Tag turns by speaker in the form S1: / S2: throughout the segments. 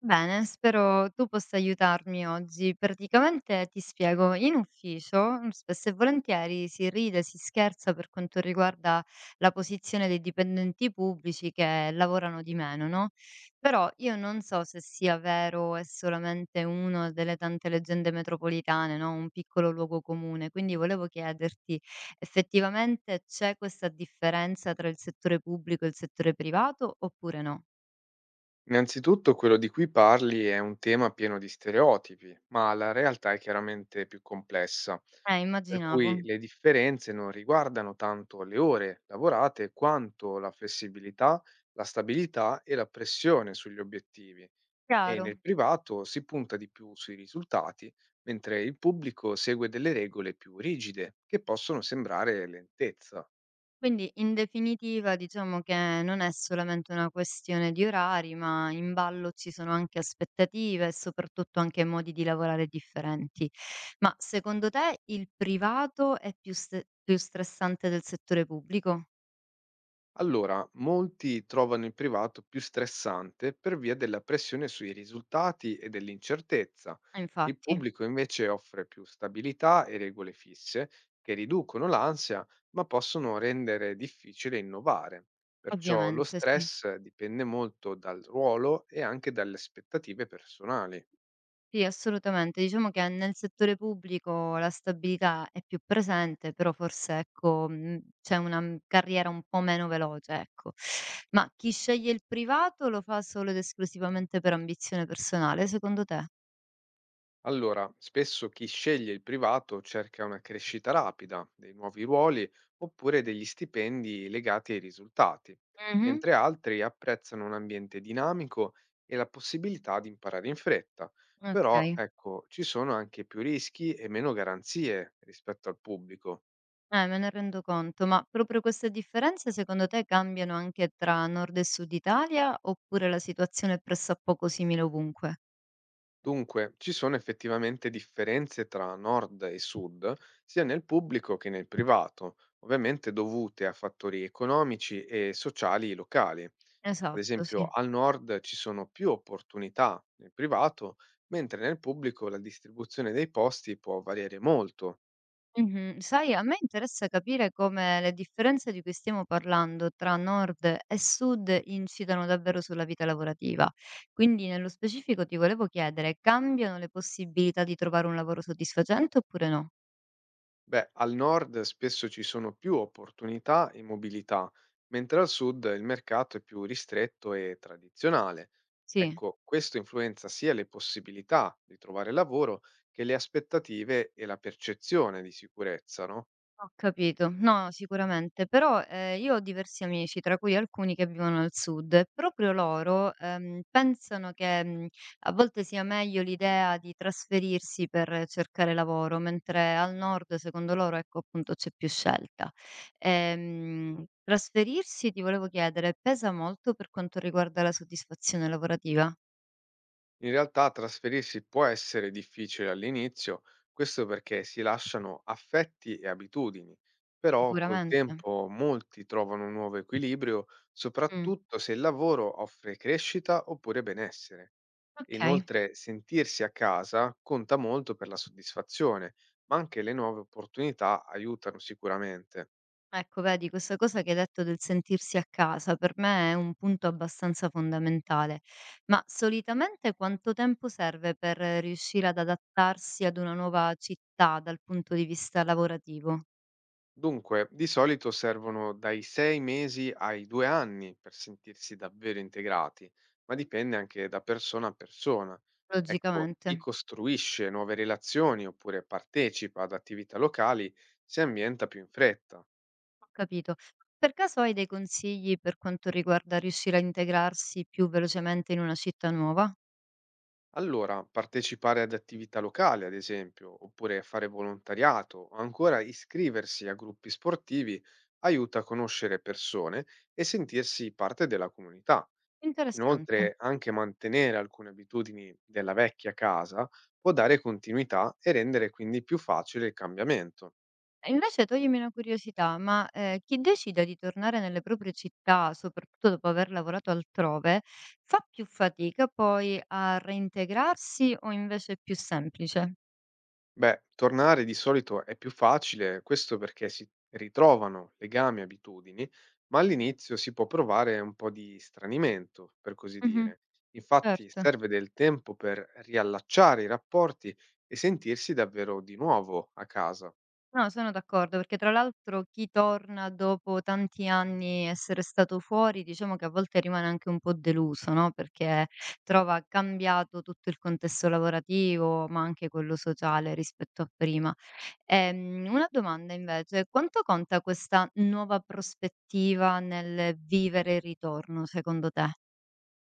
S1: Bene, spero tu possa aiutarmi oggi. Praticamente ti spiego, in ufficio spesso e volentieri si ride, si scherza per quanto riguarda la posizione dei dipendenti pubblici che lavorano di meno, no? Però io non so se sia vero o è solamente una delle tante leggende metropolitane, no? Un piccolo luogo comune. Quindi volevo chiederti, effettivamente c'è questa differenza tra il settore pubblico e il settore privato oppure no?
S2: Innanzitutto quello di cui parli è un tema pieno di stereotipi, ma la realtà è chiaramente più complessa, per
S1: Immaginavo.
S2: cui le differenze non riguardano tanto le ore lavorate quanto la flessibilità, la stabilità e la pressione sugli obiettivi. E
S1: Chiaro.
S2: nel privato si punta di più sui risultati, mentre il pubblico segue delle regole più rigide, che possono sembrare lentezza.
S1: Quindi in definitiva diciamo che non è solamente una questione di orari, ma in ballo ci sono anche aspettative e soprattutto anche modi di lavorare differenti. Ma secondo te il privato è più ste più stressante del settore pubblico?
S2: Allora, molti trovano il privato più stressante per via della pressione sui risultati e dell'incertezza.
S1: Eh
S2: Il
S1: infatti,
S2: pubblico invece offre più stabilità e regole fisse che riducono l'ansia, ma possono rendere difficile innovare. Perciò lo
S1: ovviamente sì.
S2: stress dipende molto dal ruolo e anche dalle aspettative personali.
S1: Sì, assolutamente. Diciamo che nel settore pubblico la stabilità è più presente, però forse ecco, c'è una, carriera un po' meno veloce, ecco. Ma chi sceglie il privato lo fa solo ed esclusivamente per ambizione personale, secondo te?
S2: Allora, spesso chi sceglie il privato cerca una crescita rapida, dei nuovi ruoli oppure degli stipendi legati ai risultati,
S1: Mh-mh.
S2: mentre altri apprezzano un ambiente dinamico e la possibilità di imparare in fretta. Però,
S1: Okay.
S2: ecco, ci sono anche più rischi e meno garanzie rispetto al pubblico.
S1: Me ne rendo conto, ma proprio queste differenze secondo te cambiano anche tra Nord e Sud Italia, oppure la situazione è pressappoco simile ovunque?
S2: Dunque, ci sono effettivamente differenze tra nord e sud, sia nel pubblico che nel privato, ovviamente dovute a fattori economici e sociali locali. Ad
S1: Esatto,
S2: esempio,
S1: sì.
S2: al nord ci sono più opportunità nel privato, mentre nel pubblico la distribuzione dei posti può variare molto.
S1: Mh-mh. Sai, a me interessa capire come le differenze di cui stiamo parlando tra nord e sud incidano davvero sulla vita lavorativa. Quindi, nello specifico, ti volevo chiedere: cambiano le possibilità di trovare un lavoro soddisfacente oppure no?
S2: Beh, al nord spesso ci sono più opportunità e mobilità, mentre al sud il mercato è più ristretto e tradizionale.
S1: Sì.
S2: Ecco, questo influenza sia le possibilità di trovare lavoro che le aspettative e la percezione di sicurezza, no?
S1: Ho capito. No, sicuramente, però, io ho diversi amici, tra cui alcuni che vivono al sud e proprio loro, pensano che, a volte sia meglio l'idea di trasferirsi per cercare lavoro, mentre al nord secondo loro, ecco, appunto, c'è più scelta. Trasferirsi, ti volevo chiedere, pesa molto per quanto riguarda la soddisfazione lavorativa?
S2: In realtà trasferirsi può essere difficile all'inizio, questo perché si lasciano affetti e abitudini, però col
S1: Sicuramente.
S2: tempo molti trovano un nuovo equilibrio,
S1: Mh,
S2: soprattutto se il lavoro offre crescita oppure benessere.
S1: okay.
S2: Inoltre, sentirsi a casa conta molto per la soddisfazione, ma anche le nuove opportunità aiutano sicuramente.
S1: Ecco, vedi, questa cosa che hai detto del sentirsi a casa per me è un punto abbastanza fondamentale. Ma solitamente quanto tempo serve per riuscire ad adattarsi ad una nuova città dal punto di vista lavorativo?
S2: Dunque, di solito servono dai 6 mesi ai 2 anni per sentirsi davvero integrati, ma dipende anche da persona a persona. Ecco,
S1: Logicamente,
S2: chi costruisce nuove relazioni oppure partecipa ad attività locali si ambienta più in fretta.
S1: ho capito. Per caso hai dei consigli per quanto riguarda riuscire a integrarsi più velocemente in una città nuova?
S2: Allora, partecipare ad attività locali, ad esempio, oppure fare volontariato o ancora iscriversi a gruppi sportivi aiuta a conoscere persone e sentirsi parte della comunità.
S1: Interessante.
S2: Inoltre, anche mantenere alcune abitudini della vecchia casa può dare continuità e rendere quindi più facile il cambiamento.
S1: E invece toglimi una curiosità, ma, chi decide di tornare nelle proprie città, soprattutto dopo aver lavorato altrove, fa più fatica poi a reintegrarsi o invece è più semplice?
S2: Beh, tornare di solito è più facile, questo perché si ritrovano legami e abitudini, ma all'inizio si può provare un po' di stranimento, per così
S1: Mh-mh,
S2: dire. Infatti
S1: certo.
S2: serve del tempo per riallacciare i rapporti e sentirsi davvero di nuovo a casa.
S1: No, sono d'accordo, perché tra l'altro chi torna dopo tanti anni essere stato fuori, diciamo che a volte rimane anche un po' deluso, no, perché trova cambiato tutto il contesto lavorativo, ma anche quello sociale rispetto a prima. Una domanda invece, quanto conta questa nuova prospettiva nel vivere il ritorno secondo te?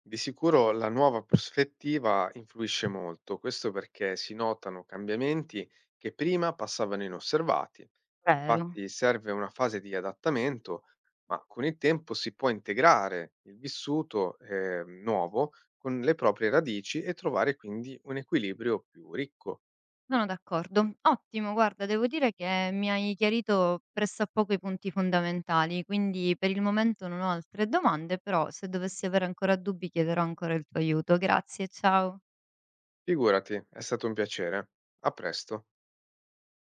S2: Di sicuro la nuova prospettiva influisce molto, questo perché si notano cambiamenti che prima passavano inosservati.
S1: Vero?
S2: Infatti serve una fase di adattamento, ma con il tempo si può integrare il vissuto nuovo con le proprie radici e trovare quindi un equilibrio più ricco.
S1: Sono d'accordo. Ottimo, guarda, devo dire che mi hai chiarito pressappoco i punti fondamentali, quindi per il momento non ho altre domande, però se dovessi avere ancora dubbi chiederò ancora il tuo aiuto. Grazie, ciao.
S2: Figurati, è stato un piacere. A presto.